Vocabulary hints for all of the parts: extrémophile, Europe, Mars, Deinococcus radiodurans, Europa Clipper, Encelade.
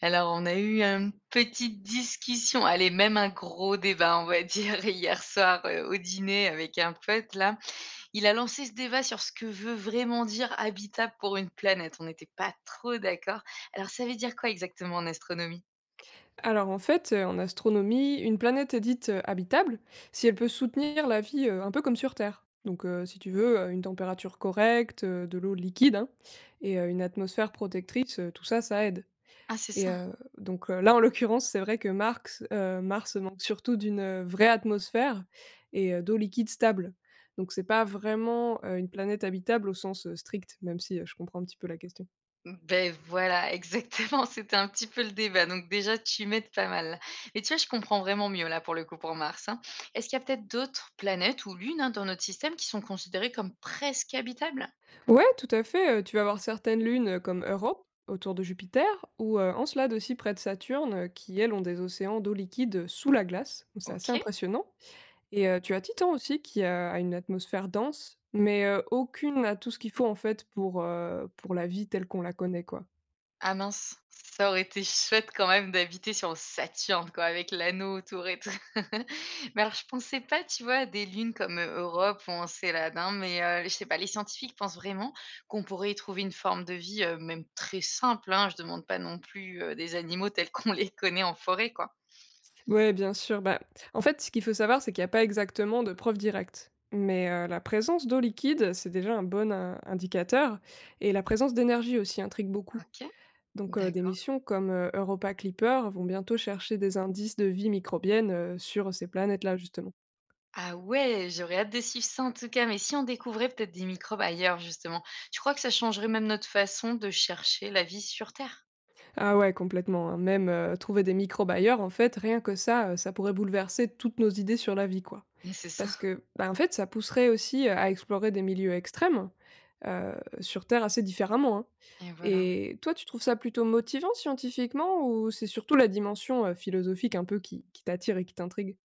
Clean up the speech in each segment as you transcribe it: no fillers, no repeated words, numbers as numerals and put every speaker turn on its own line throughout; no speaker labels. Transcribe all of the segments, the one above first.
Alors, on a eu une petite discussion, allez, même un gros débat, on va dire, hier soir, au dîner avec un pote là. Il a lancé ce débat sur ce que veut vraiment dire habitable pour une planète. On n'était pas trop d'accord. Alors, ça veut dire quoi exactement en astronomie?
Alors en fait, en astronomie, une planète est dite, habitable si elle peut soutenir la vie, un peu comme sur Terre. Donc si tu veux, une température correcte, de l'eau liquide, hein, et une atmosphère protectrice, tout ça, ça aide.
Ah, c'est
Et
ça?
heu, Là, en l'occurrence, c'est vrai que Marx Mars manque surtout d'une, vraie atmosphère et d'eau liquide stable. Donc c'est pas vraiment, une planète habitable au sens, strict, même si, je comprends un petit peu la question.
Ben voilà, exactement, c'était un petit peu le débat, donc déjà, tu m'aides pas mal. Et tu vois, je comprends vraiment mieux là, pour le coup, pour Mars, hein. Est-ce qu'il y a peut-être d'autres planètes ou lunes, hein, dans notre système qui sont considérées comme presque habitables?
Ouais, tout à fait, tu vas avoir certaines lunes, comme Europe, autour de Jupiter, ou, Encelade aussi près de Saturne, qui elles ont des océans d'eau liquide, sous la glace, donc c'est assez
OK.
impressionnant. Et tu as Titan aussi qui a une atmosphère dense, mais, aucune n'a tout ce qu'il faut en fait pour la vie telle qu'on la connaît, quoi.
Ah mince, ça aurait été chouette quand même d'habiter sur Saturne quoi, avec l'anneau autour et tout. Mais alors je pensais pas, tu vois, à des lunes comme, Europe ou Encelade, hein, mais, je sais pas, les scientifiques pensent vraiment qu'on pourrait y trouver une forme de vie, même très simple, hein. Je demande pas non plus, des animaux tels qu'on les connaît en forêt, quoi.
Ouais, bien sûr, bah, en fait, ce qu'il faut savoir, c'est qu'il y a pas exactement de preuves directes, mais, la présence d'eau liquide, c'est déjà un bon in indicateur et la présence d'énergie aussi intrigue beaucoup.
OK,
Donc, des
d'accord.
missions comme, Europa Clipper vont bientôt chercher des indices de vie microbienne, sur ces planètes-là, justement.
Ah ouais, j'aurais hâte de suivre ça en tout cas, mais si on découvrait peut-être des microbes ailleurs justement, tu crois que ça changerait même notre façon de chercher la vie sur terre?
Ah ouais, complètement, hein, même, trouver des micro-bailleurs, en fait, rien que ça, ça pourrait bouleverser toutes nos idées sur la vie, quoi.
Mais c'est ça
Parce que, bah, en fait, ça pousserait aussi, à explorer des milieux extrêmes, heu, sur Terre assez différemment, hein.
et voilà.
Et toi, tu trouves ça plutôt motivant scientifiquement ou c'est surtout la dimension, philosophique un peu qui t'attire et qui t'intrigue?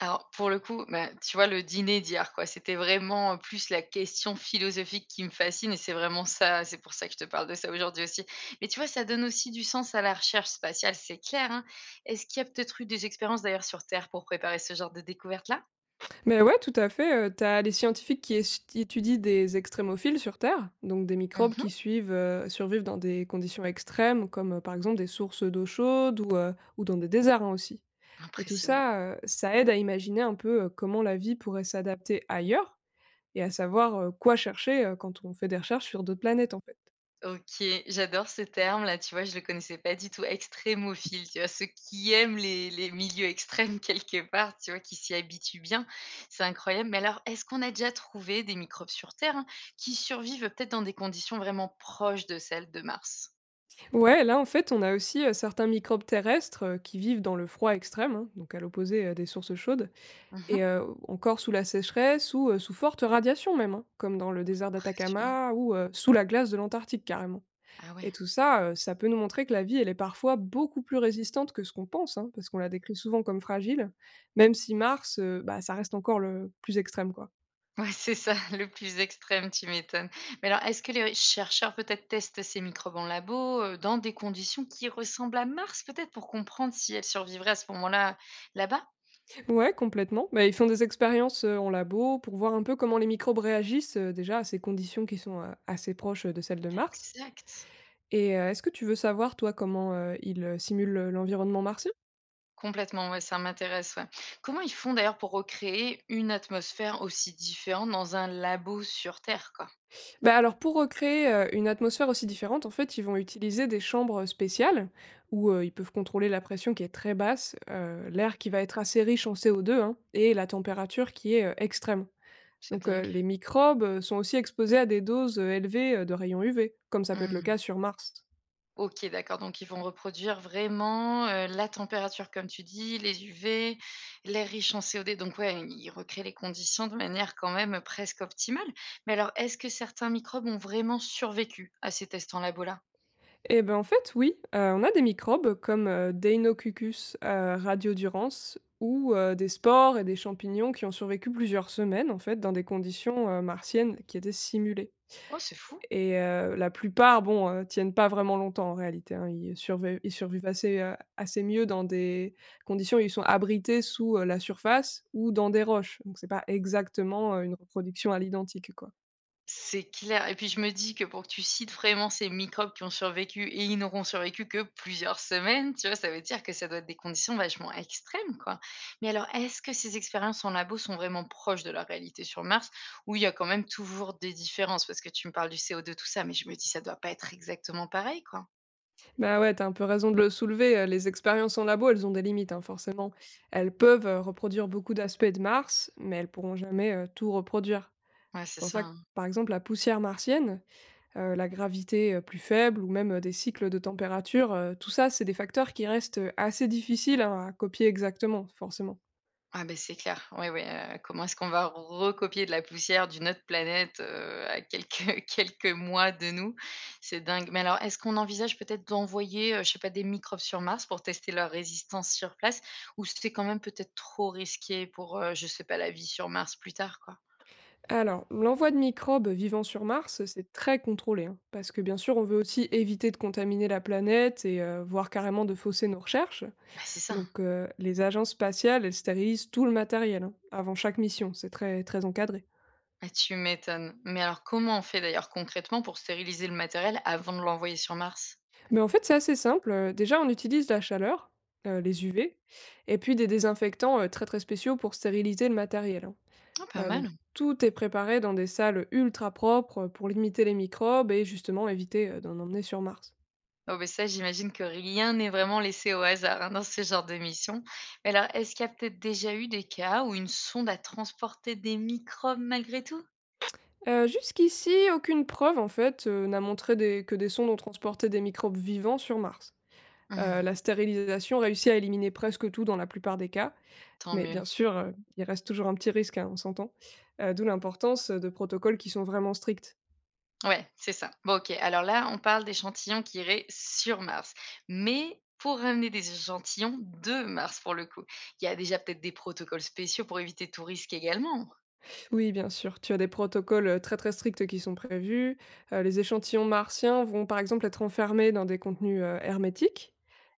Alors pour le coup, bah, tu vois le dîner d'hier quoi, c'était vraiment, plus la question philosophique qui me fascine et c'est vraiment ça, c'est pour ça que je te parle de ça aujourd'hui aussi. Mais tu vois, ça donne aussi du sens à la recherche spatiale, c'est clair, hein. Est-ce qu'il y a peut-être eu des expériences d'ailleurs sur Terre pour préparer ce genre de découverte là?
Mais ouais, tout à fait, tu as les scientifiques qui étudient des extrémophiles sur Terre, donc des microbes qui
Mmh.
suivent, survivent dans des conditions extrêmes comme, par exemple des sources d'eau chaude ou dans des déserts, hein, aussi. Et tout
Impressionnant.
ça, ça aide à imaginer un peu, comment la vie pourrait s'adapter ailleurs et à savoir, quoi chercher, quand on fait des recherches sur d'autres planètes, en fait.
OK, j'adore ce terme-là, tu vois? Je le connaissais pas du tout, extrémophile, tu vois? Ceux qui aiment les milieux extrêmes quelque part, tu vois? Qui s'y habituent bien, c'est incroyable. Mais alors, est-ce qu'on a déjà trouvé des microbes sur Terre, hein, qui survivent peut-être dans des conditions vraiment proches de celles de Mars?
Ouais, là, en fait, on a aussi, certains microbes terrestres, qui vivent dans le froid extrême, hein, donc à l'opposé, des sources chaudes. Et
Mmh.
encore sous la sécheresse ou, sous forte radiation même, hein, comme dans le désert
Impressionnant.
d'Atacama ou, sous la glace de l'Antarctique carrément.
Ah ouais.
Et tout ça, ça peut nous montrer que la vie, elle est parfois beaucoup plus résistante que ce qu'on pense, hein, parce qu'on la décrit souvent comme fragile, même si Mars, bah, ça reste encore le plus extrême, quoi.
Ouais, c'est ça, le plus extrême, tu m'étonnes. Mais alors, est-ce que les chercheurs peut-être testent ces microbes en labo, dans des conditions qui ressemblent à Mars peut-être, pour comprendre si elles survivraient à ce moment-là, là-bas?
Ouais, complètement. Bah, ils font des expériences, en labo pour voir un peu comment les microbes réagissent, déjà à ces conditions qui sont, assez proches, de celles de Mars.
Exact.
Et est-ce que tu veux savoir, toi, comment, ils, simulent, l'environnement martien?
Complètement, ouais, ça m'intéresse, ouais. Comment ils font d'ailleurs pour recréer une atmosphère aussi différente dans un labo sur Terre, quoi?
Bah, alors pour recréer, une atmosphère aussi différente, en fait, ils vont utiliser des chambres spéciales où, ils peuvent contrôler la pression qui est très basse, l'air qui va être assez riche en CO2, hein, et la température qui est, extrême.
C'est
Donc
dingue.
les microbes, sont aussi exposés à des doses, élevées, de rayons UV, comme ça peut être le
Mmh.
cas sur Mars.
OK, d'accord, donc ils vont reproduire vraiment, la température comme tu dis, les UV, l'air riche en CO2, donc ouais, ils recréent les conditions de manière quand même presque optimale. Mais alors, est-ce que certains microbes ont vraiment survécu à ces tests en labo là?
Et ben, en fait, oui, on a des microbes comme, Deinocucus, radiodurans ou, des spores et des champignons qui ont survécu plusieurs semaines, en fait, dans des conditions, martiennes qui étaient simulées.
Oh, c'est fou!
Et la plupart, bon, tiennent pas vraiment longtemps en réalité, hein. Ils survivent assez, assez mieux dans des conditions où ils sont abrités sous, la surface ou dans des roches. Donc c'est pas exactement, une reproduction à l'identique, quoi.
C'est clair et puis je me dis que pour que tu cites vraiment ces microbes qui ont survécu et ils n'auront survécu que plusieurs semaines, tu vois? Ça veut dire que ça doit être des conditions vachement extrêmes, quoi. Mais alors, est-ce que ces expériences en labo sont vraiment proches de la réalité sur Mars ou il y a quand même toujours des différences? Parce que tu me parles du CO2, tout ça, mais je me dis ça doit pas être exactement pareil, quoi.
Bah, ouais, t'as un peu raison de le soulever, les expériences en labo, elles ont des limites, hein, forcément. Elles peuvent, reproduire beaucoup d'aspects de Mars, mais elles pourront jamais, tout reproduire.
Ouais,
C'est
c'est
pour
ça,
ça que,
hein.
par exemple, la poussière martienne, la gravité, plus faible ou même, des cycles de température, tout ça, c'est des facteurs qui restent, assez difficiles, hein, à copier exactement, forcément.
Ah ben c'est clair. Oui oui. Comment est-ce qu'on va recopier de la poussière d'une autre planète, à quelques quelques mois de nous? C'est dingue. Mais alors, est-ce qu'on envisage peut-être d'envoyer, je sais pas, des microbes sur Mars pour tester leur résistance sur place? Ou c'est quand même peut-être trop risqué pour, je sais pas, la vie sur Mars plus tard, quoi?
Alors, l'envoi de microbes vivant sur Mars, c'est très contrôlé, hein, parce que, bien sûr, on veut aussi éviter de contaminer la planète et voire carrément de fausser nos recherches.
Bah, c'est ça.
Donc les agences spatiales, elles stérilisent tout le matériel, hein, avant chaque mission, c'est très très encadré.
Ah, tu m'étonnes. Mais alors, comment on fait d'ailleurs concrètement pour stériliser le matériel avant de l'envoyer sur Mars?
Mais en fait, c'est assez simple, déjà on utilise la chaleur, les UV et puis des désinfectants, très très spéciaux pour stériliser le matériel, hein.
Ah, pas
Donc
mal.
tout est préparé dans des salles ultra propres, pour limiter les microbes et justement éviter, d'en emmener sur Mars.
Oh mais ça, j'imagine que rien n'est vraiment laissé au hasard, hein, dans ce genre de mission. Mais alors, est-ce qu'il y a peut-être déjà eu des cas où une sonde a transporté des microbes malgré tout?
Jusqu'ici, aucune preuve en fait, n'a montré des que des sondes ont transporté des microbes vivants sur Mars.
Hum,
La stérilisation réussit à éliminer presque tout dans la plupart des cas.
tant
Mais
mieux.
bien sûr, il reste toujours un petit risque, hein, on s'entend. D'où l'importance, de protocoles qui sont vraiment stricts.
Ouais, c'est ça. Bon, OK, alors là, on parle d'échantillons qui iraient sur Mars. Mais pour ramener des échantillons de Mars, pour le coup, il y a déjà peut-être des protocoles spéciaux pour éviter tout risque également.
Oui, bien sûr, tu as des protocoles, très, très stricts qui sont prévus. Les échantillons martiens vont, par exemple, être enfermés dans des contenus, hermétiques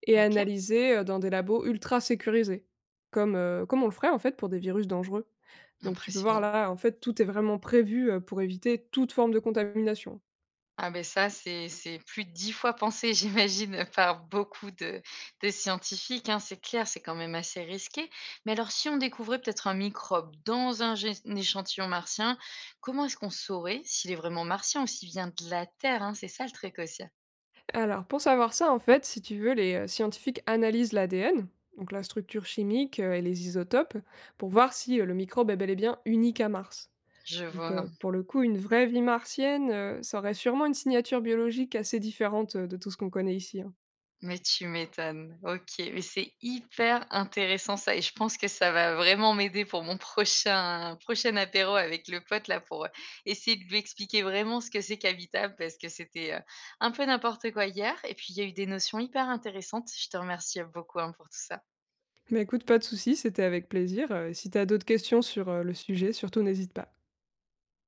et
OK,
analysés, dans des labos ultra sécurisés, comme, comme on le ferait, en fait, pour des virus dangereux. Donc tu peux voir
impressionnant.
là, en fait, tout est vraiment prévu, pour éviter toute forme de contamination.
Ah ben ça, c'est plus de 10 fois pensé, j'imagine, par beaucoup de scientifiques, hein, c'est clair, c'est quand même assez risqué. Mais alors si on découvrait peut-être un microbe dans un gé un échantillon martien, comment est-ce qu'on saurait s'il est vraiment martien ou s'il vient de la Terre, hein? C'est ça le truc aussi.
Alors, pour savoir ça, en fait, si tu veux, les scientifiques analysent l'ADN, donc la structure chimique, et les isotopes, pour voir si le microbe est bel et bien unique à Mars.
Je
Donc,
vois.
pour le coup, une vraie vie martienne, ça aurait sûrement une signature biologique assez différente de tout ce qu'on connaît ici, hein.
Mais tu m'étonnes. OK, mais c'est hyper intéressant ça et je pense que ça va vraiment m'aider pour mon prochain apéro avec le pote là pour, essayer de lui expliquer vraiment ce que c'est qu'habitable parce que c'était, un peu n'importe quoi hier et puis il y a eu des notions hyper intéressantes. Je te remercie beaucoup, hein, pour tout ça.
Mais écoute, pas de souci, c'était avec plaisir. Si tu as d'autres questions sur le sujet, surtout n'hésite pas.